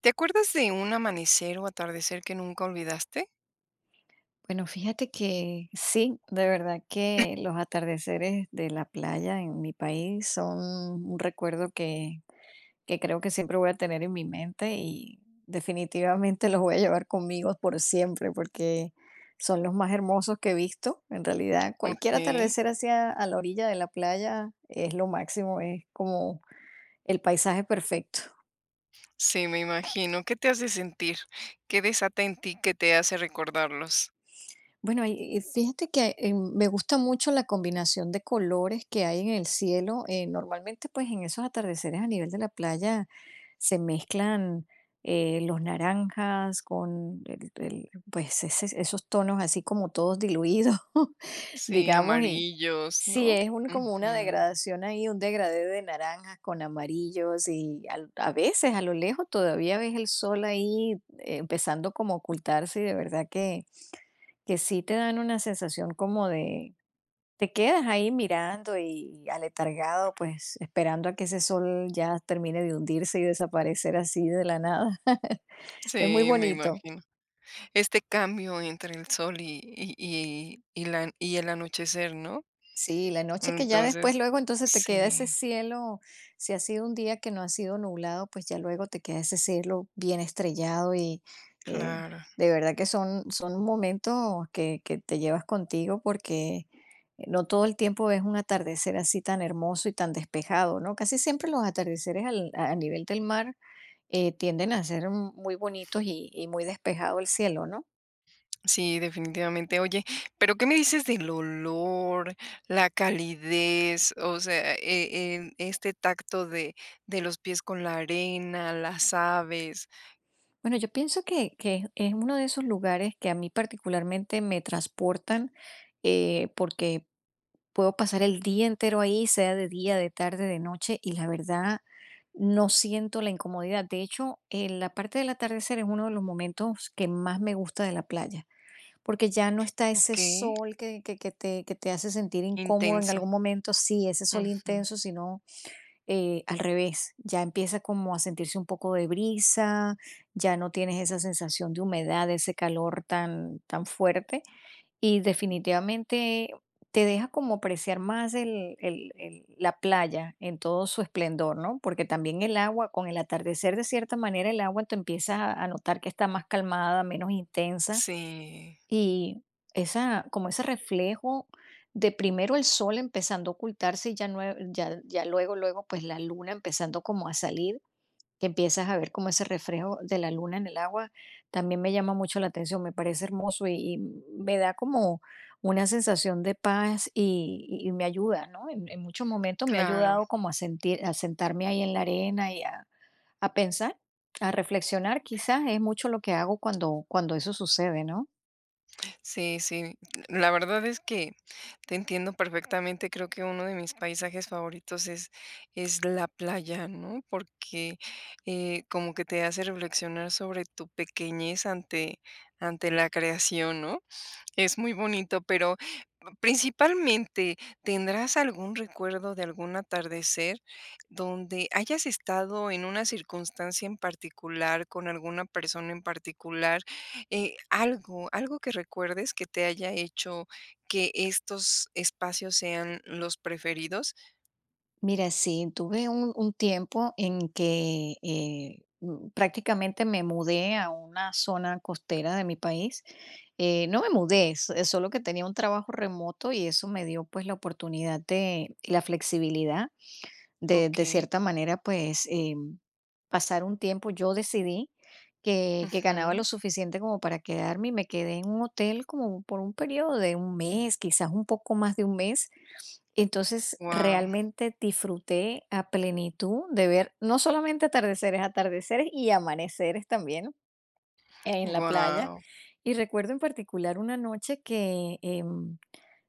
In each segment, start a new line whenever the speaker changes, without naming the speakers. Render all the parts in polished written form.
¿Te acuerdas de un amanecer o atardecer que nunca olvidaste?
Bueno, fíjate que sí, de verdad que los atardeceres de la playa en mi país son un recuerdo que creo que siempre voy a tener en mi mente y definitivamente los voy a llevar conmigo por siempre porque son los más hermosos que he visto. En realidad, cualquier
Okey.
atardecer hacia a la orilla de la playa es lo máximo, es como el paisaje perfecto.
Sí, me imagino. ¿Qué te hace sentir? ¿Qué desata en ti que te hace recordarlos?
Bueno, y fíjate que, me gusta mucho la combinación de colores que hay en el cielo, normalmente, pues, en esos atardeceres a nivel de la playa se mezclan, los naranjas con el pues, ese esos tonos así como todos diluidos,
Sí,
digamos, y
amarillos,
sí,
¿no?
es un como una
Ujú.
degradación ahí, un degradé de naranjas con amarillos y al a veces a lo lejos todavía ves el sol ahí empezando como a ocultarse y de verdad que sí te dan una sensación como de te quedas ahí mirando y aletargado, pues, esperando a que ese sol ya termine de hundirse y desaparecer así de la nada. Es muy
Sí, me
bonito.
imagino. Este cambio entre el sol y la y el anochecer, ¿no?
Sí, la noche que ya
Entonces
después luego entonces te queda ese
sí,
cielo, si ha sido un día que no ha sido nublado, pues ya luego te queda ese cielo bien estrellado y eh,
claro.
de verdad que son momentos que te llevas contigo porque no todo el tiempo ves un atardecer así tan hermoso y tan despejado, ¿no? Casi siempre los atardeceres a nivel del mar tienden a ser muy bonitos y muy despejado el cielo, ¿no?
Sí, definitivamente. Oye, pero ¿qué me dices del olor, la calidez? O sea, en este tacto de los pies con la arena, las aves.
Bueno, yo pienso que es uno de esos lugares que a mí particularmente me transportan porque puedo pasar el día entero ahí, sea de día, de tarde, de noche, y la verdad no siento la incomodidad. De hecho, la parte del atardecer es uno de los momentos que más me gusta de la playa, porque ya no está ese
Okey,
sol que te hace sentir incómodo en
intenso.
algún momento, sí, ese sol
Ujú.
intenso, sino al revés, ya empieza como a sentirse un poco de brisa, ya no tienes esa sensación de humedad, ese calor tan, tan fuerte y definitivamente te deja como apreciar más la playa en todo su esplendor, ¿no? Porque también el agua, con el atardecer de cierta manera, el agua te empieza a notar que está más calmada, menos intensa
Sí,
y esa, como ese reflejo de primero el sol empezando a ocultarse y ya luego, pues la luna empezando como a salir, que empiezas a ver como ese reflejo de la luna en el agua, también me llama mucho la atención, me parece hermoso y me da como una sensación de paz y me ayuda, ¿no? En muchos momentos me ha
claro.
ayudado como a sentir, a sentarme ahí en la arena y a pensar, a reflexionar, quizás es mucho lo que hago cuando eso sucede, ¿no?
Sí, sí. La verdad es que te entiendo perfectamente, creo que uno de mis paisajes favoritos es la playa, ¿no? Porque como que te hace reflexionar sobre tu pequeñez ante, ante la creación, ¿no? Es muy bonito, pero principalmente, ¿tendrás algún recuerdo de algún atardecer donde hayas estado en una circunstancia en particular, con alguna persona en particular? Algo, algo que recuerdes que te haya hecho que estos espacios sean los preferidos.
Mira, sí, tuve un tiempo en que prácticamente me mudé a una zona costera de mi país. No me mudé, solo que tenía un trabajo remoto y eso me dio pues la oportunidad de y la flexibilidad de
Okey.
cierta manera pues pasar un tiempo, yo decidí que ganaba
Wow.
lo suficiente como para quedarme, y me quedé en un hotel como por un período de un mes, quizás un poco más de un mes. Entonces,
Wow.
realmente disfruté a plenitud de ver no solamente atardeceres y amaneceres también en la playa. Y recuerdo en particular una noche que, em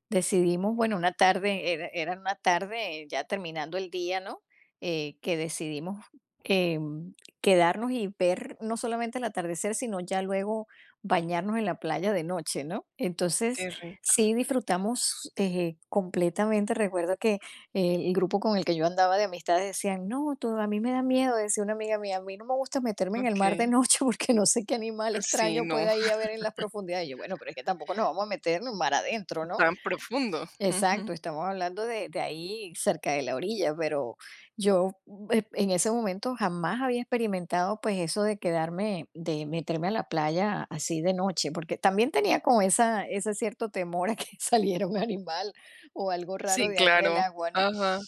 Decidimos, bueno, una tarde, era una tarde ya terminando el día, ¿no? Que decidimos, em, quedarnos y ver no solamente el atardecer, sino ya luego bañarnos en la playa de noche, ¿no? Entonces,
Qué rico.
sí disfrutamos, completamente. Recuerdo que el grupo con el que yo andaba de amistades decían: "No, tú a mí me da miedo", decía una amiga mía: "A mí no me gusta meterme en el mar de
Okey.
noche porque no sé qué animal
Sí,
extraño
no,
pueda ahí haber en las profundidades". Y yo: "Bueno, pero es que tampoco nos vamos a meter en el mar adentro, ¿no?".
tan profundo. Ujú.
Exacto, estamos hablando de ahí cerca de la orilla, pero yo en ese momento jamás había experimentado pues eso de quedarme, de meterme a la playa así de noche, porque también tenía como esa, ese cierto temor a que saliera un animal o algo raro
Sí,
de ahí del
claro.
agua, ¿no?
Ajá.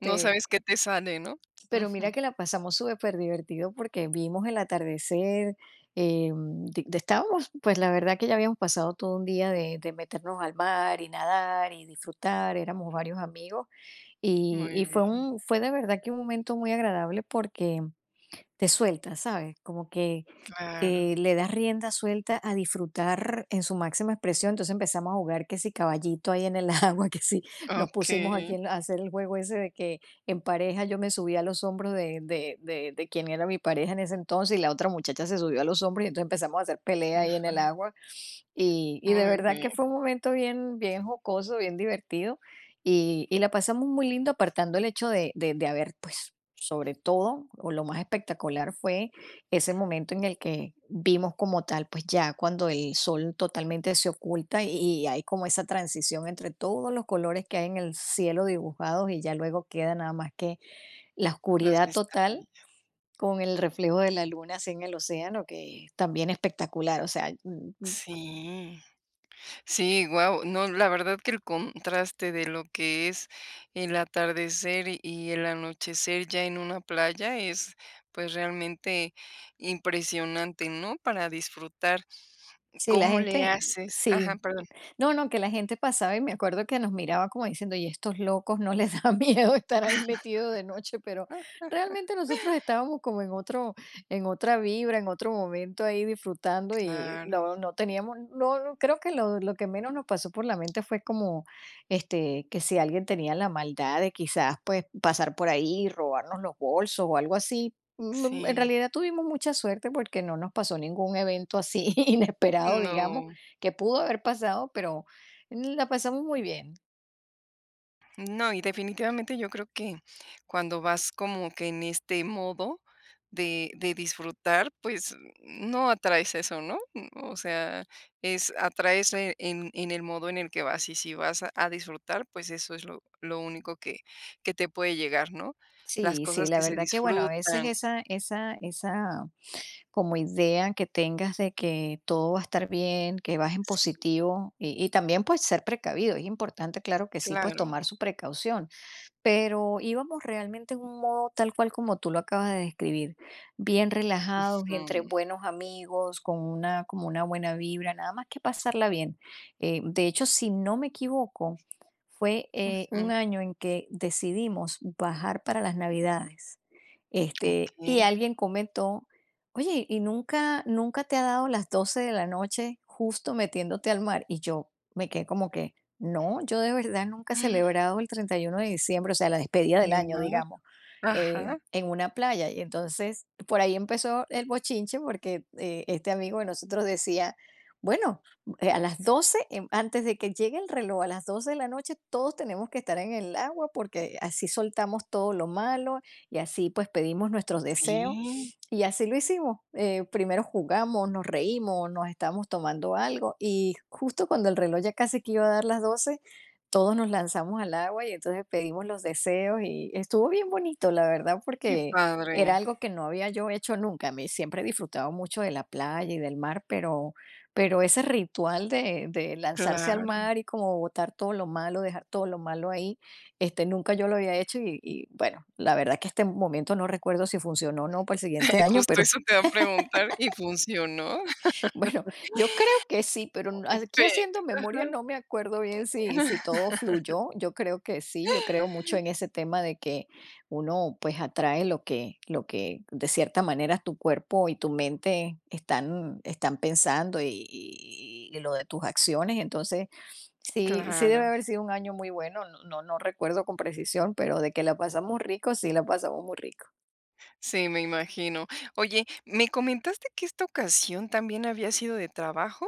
No sabes qué te sale, ¿no?
pero mira
Ujú.
que la pasamos súper divertido porque vimos el atardecer, estábamos, pues la verdad que ya habíamos pasado todo un día de meternos al mar y nadar y disfrutar, éramos varios amigos y,
Muy
y fue
bien,
de verdad que un momento muy agradable porque te sueltas, ¿sabes? Como que
claro.
le das rienda suelta a disfrutar en su máxima expresión. Entonces empezamos a jugar que si caballito ahí en el agua, que si nos pusimos aquí
Okey.
a hacer el juego ese de que en pareja yo me subía a los hombros de quien era mi pareja en ese entonces y la otra muchacha se subió a los hombros y entonces empezamos a hacer pelea ahí en el agua. Y de
Muy
verdad
bien,
que fue un momento bien bien jocoso, bien divertido, y la pasamos muy lindo, apartando el hecho de haber, pues, sobre todo, o lo más espectacular fue ese momento en el que vimos como tal, pues, ya cuando el sol totalmente se oculta y hay como esa transición entre todos los colores que hay en el cielo dibujados, y ya luego queda nada más que la
las
oscuridad total
estrellas.
con el reflejo de la luna así en el océano, que es también espectacular, o sea.
Sí. Sí, guau. No, la verdad que el contraste de lo que es el atardecer y el anochecer ya en una playa es, pues, realmente impresionante, ¿no? Para disfrutar.
Sí, la
¿Cómo le
gente
haces? Ajá,
sí,
perdón.
no, no, que la gente pasaba y me acuerdo que nos miraba como diciendo, y estos locos no les da miedo estar ahí metidos de noche, pero realmente nosotros estábamos como en otra vibra, en otro momento ahí disfrutando y
Claro,
no, no teníamos, no, no, creo que lo que menos nos pasó por la mente fue como, que si alguien tenía la maldad de quizás pues pasar por ahí y robarnos los bolsos o algo así. En
sí.
realidad tuvimos mucha suerte porque no nos pasó ningún evento así inesperado, digamos
No.
que pudo haber pasado, pero la pasamos muy bien.
No, y definitivamente yo creo que cuando vas como que en este modo de disfrutar, pues no atraes eso, ¿no? O sea, es atraes en el modo en el que vas y si vas a disfrutar, pues eso es lo único que te puede llegar, ¿no? Las
Sí, sí,
cosas
la
que se
verdad que bueno, a veces
disfrutan.
esa como idea que tengas de que todo va a estar bien, que vas en
Sí,
positivo y también pues ser precavido, es importante, claro que sí, pues
claro.
tomar su precaución. Pero íbamos realmente en un modo tal cual como tú lo acabas de describir, bien relajados, entre
Mm,
buenos amigos, como una buena vibra, nada más que pasarla bien. De hecho, si no me equivoco, fue un
ujú,
año en que decidimos bajar para las Navidades.
ok.
Y alguien comentó, oye, ¿y nunca, nunca te ha dado las 12 de la noche justo metiéndote al mar? Y yo me quedé como que... No, yo de verdad nunca he celebrado el 31 de diciembre, o sea, la despedida
En
del
el
año,
mar.
digamos,
Ajá.
en una playa. Y entonces, por ahí empezó el bochinche porque este amigo de nosotros decía, bueno, a las 12, antes de que llegue el reloj, a las 12 de la noche, todos tenemos que estar en el agua porque así soltamos todo lo malo y así pues pedimos nuestros deseos.
Sí,
Y así lo hicimos. Primero jugamos, nos reímos, nos estábamos tomando algo y justo cuando el reloj ya casi que iba a dar las 12 todos nos lanzamos al agua y entonces pedimos los deseos y estuvo bien bonito, la verdad,
qué
porque
padre.
era algo que no había yo hecho nunca. Me siempre he disfrutado mucho de la playa y del mar, pero, ese ritual de lanzarse al
Claro.
mar y como botar todo lo malo, dejar todo lo malo ahí, nunca yo lo había hecho y, bueno, la verdad que este momento no recuerdo si funcionó o no para el siguiente año,
Justo
pero
eso te va a preguntar, y funcionó.
bueno, yo creo que sí, pero aquí
Pe
haciendo
ajá.
memoria no me acuerdo bien si todo fluyó. Yo creo que sí, yo creo mucho en ese tema de que uno pues atrae lo que, de cierta manera tu cuerpo y tu mente están pensando y lo de tus acciones. Entonces, sí, sí debe
Claro,
haber sido un año muy bueno. No, no, no recuerdo con precisión, pero de que la pasamos rico, sí la pasamos muy rico.
sí, me imagino. Oye, ¿me comentaste que esta ocasión también había sido de trabajo?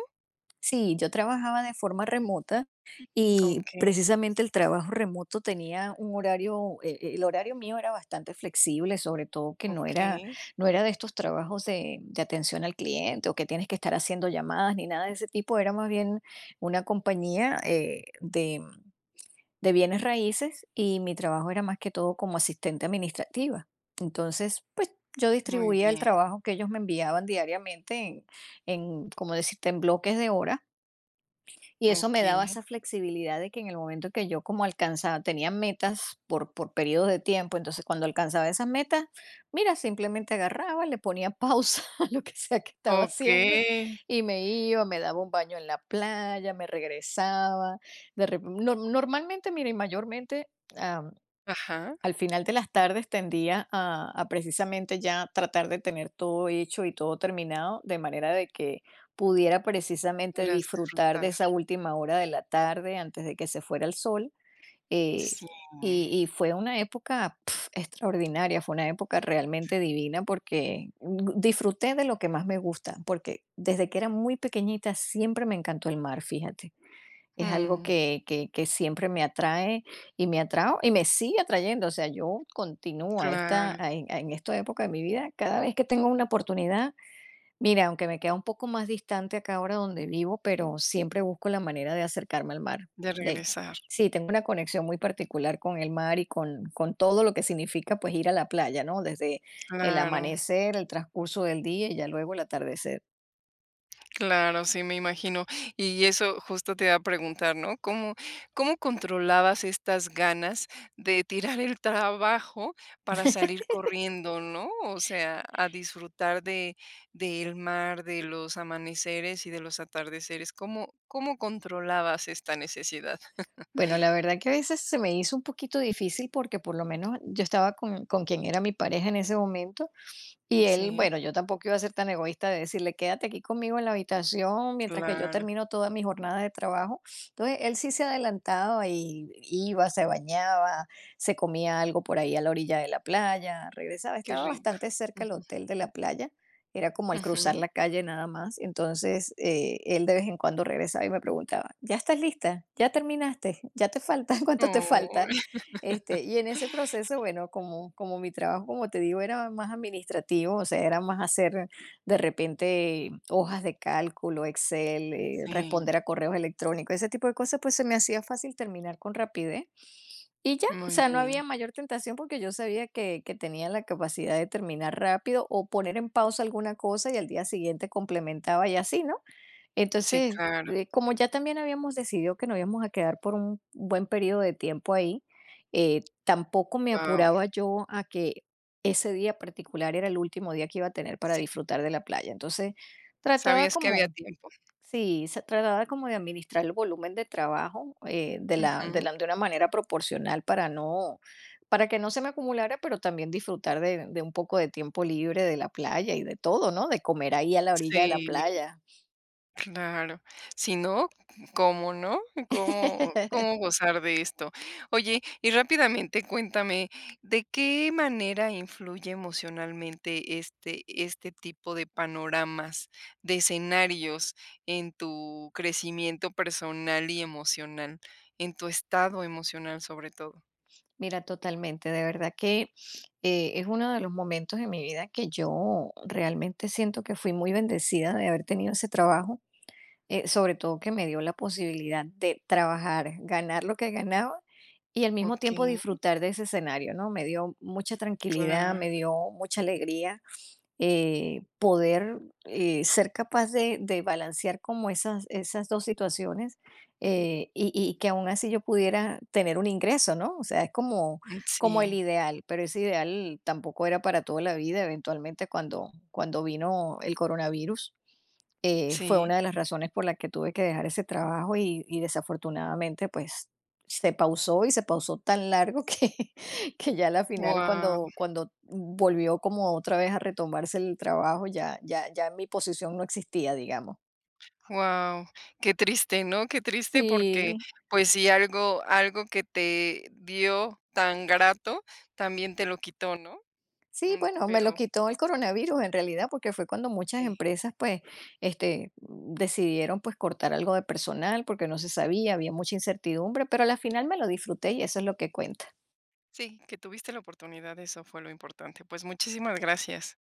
Sí, yo trabajaba de forma remota y
Okey,
precisamente el trabajo remoto tenía un horario, el horario mío era bastante flexible, sobre todo que no era,
okey,
no era de estos trabajos de atención al cliente o que tienes que estar haciendo llamadas ni nada de ese tipo. Era más bien una compañía de bienes raíces, y mi trabajo era más que todo como asistente administrativa. Entonces, pues yo
muy
distribuía el
bien,
trabajo que ellos me enviaban diariamente en como decirte, en bloques de horas, y eso me daba
okey,
esa flexibilidad de que en el momento que yo como alcanzaba, tenía metas por periodos de tiempo. Entonces, cuando alcanzaba esas metas, mira, simplemente agarraba, le ponía pausa a lo que sea que estaba haciendo
okey,
y me iba, me daba un baño en la playa, me regresaba. De rep- nor- Normalmente, mira, y mayormente
ajá,
al final de las tardes tendía a precisamente ya tratar de tener todo hecho y todo terminado, de manera de que pudiera precisamente
irás a
disfrutar de
disfrutar.
esa última hora de la tarde antes de que se fuera el sol, eh,
Sí,
y fue una época, pf, extraordinaria. Fue una época realmente divina porque gu disfruté de lo que más me gusta, porque desde que era muy pequeñita siempre me encantó el mar, fíjate. Es algo
mm,
que que siempre me atrae y me atrajo y me sigue atrayendo. O sea, yo continúo a
claro,
esta a en esta época de mi vida, cada vez que tengo una oportunidad, mira, aunque me queda un poco más distante acá ahora donde vivo, pero siempre busco la manera de acercarme al mar.
ya
De
regresar,
sí, tengo una conexión muy particular con el mar y con todo lo que significa, pues, ir a la playa, ¿no? Desde el
claro.
amanecer, el transcurso del día y ya luego el atardecer.
Claro, sí, me imagino. Y eso justo te iba a preguntar, ¿no? ¿Cómo, cómo controlabas estas ganas de tirar el trabajo para salir corriendo, ¿no? O sea, a disfrutar de, del mar, de los amaneceres y de los atardeceres. ¿Cómo, cómo controlabas esta necesidad?
Bueno, la verdad que a veces se me hizo un poquito difícil porque por lo menos yo estaba con quien era mi pareja en ese momento, y él,
Sí,
bueno, yo tampoco iba a ser tan egoísta de decirle, quédate aquí conmigo en la habitación mientras que yo
claro.
termino toda mi jornada de trabajo. Entonces, él sí se adelantaba y iba, se bañaba, se comía algo por ahí a la orilla de la playa, regresaba.
Qué
Estaba
rico.
bastante cerca el hotel de la playa, era como al cruzar
Ujú.
la calle nada más. Entonces, él de vez en cuando regresaba y me preguntaba, ¿ya estás lista? ¿Ya terminaste? ¿Ya te falta? ¿Cuánto te
Oh,
falta? Este, y en ese proceso, bueno, como, como mi trabajo, como te digo, era más administrativo. O sea, era más hacer de repente hojas de cálculo, Excel,
sí,
responder a correos electrónicos, ese tipo de cosas. Pues se me hacía fácil terminar con rapidez. Y ya, o
muy
sea, no
bien.
había mayor tentación porque yo sabía que tenía la capacidad de terminar rápido o poner en pausa alguna cosa y al día siguiente complementaba y así, ¿no?
Sí,
Entonces,
claro.
como ya también habíamos decidido que nos íbamos a quedar por un buen periodo de tiempo ahí, tampoco me
Wow.
apuraba yo a que ese día particular era el último día que iba a tener para
Sí,
disfrutar de la playa. Entonces, trataba
sabías que había
como,
tiempo.
sí, se trataba como de administrar el volumen de trabajo de la,
Ujú.
de una manera proporcional para no, para que no se me acumulara, pero también disfrutar de un poco de tiempo libre de la playa y de todo, ¿no? De comer ahí a la orilla de la
Sí,
playa.
claro. Si no, ¿cómo no? ¿Cómo cómo gozar de esto? Oye, y rápidamente cuéntame, ¿de qué manera influye emocionalmente este este tipo de panoramas, de escenarios en tu crecimiento personal y emocional, en tu estado emocional sobre todo?
Mira, totalmente, de verdad que es uno de los momentos en mi vida que yo realmente siento que fui muy bendecida de haber tenido ese trabajo, sobre todo que me dio la posibilidad de trabajar, ganar lo que ganaba y al mismo tiempo
Okey,
disfrutar de ese escenario, ¿no? Me dio mucha tranquilidad, me
claro.
dio mucha alegría, poder ser capaz de balancear como esas, esas dos situaciones, y que aún así yo pudiera tener un ingreso, ¿no? O sea, es como,
Mm,
como el
sí,
ideal, pero ese ideal tampoco era para toda la vida. Eventualmente, cuando, cuando vino el coronavirus. Fue
sí.
una de las razones por la que tuve que dejar ese trabajo, y desafortunadamente pues se pausó, y se pausó tan largo que que ya a la final
Guau.
cuando, cuando volvió como otra vez a retomarse el trabajo, ya, ya, ya mi posición no existía, digamos.
Wow, qué triste, ¿no? Qué triste porque,
Sí,
pues sí, algo algo que te dio tan grato, también te lo quitó, ¿no?
sí,
Mm,
bueno, me lo
pero
quitó el coronavirus en realidad, porque fue cuando muchas
sí,
empresas pues este, decidieron pues cortar algo de personal porque no se sabía, había mucha incertidumbre, pero a la final me lo disfruté y eso es lo que cuenta.
sí, que tuviste la oportunidad, eso fue lo importante. Pues muchísimas gracias.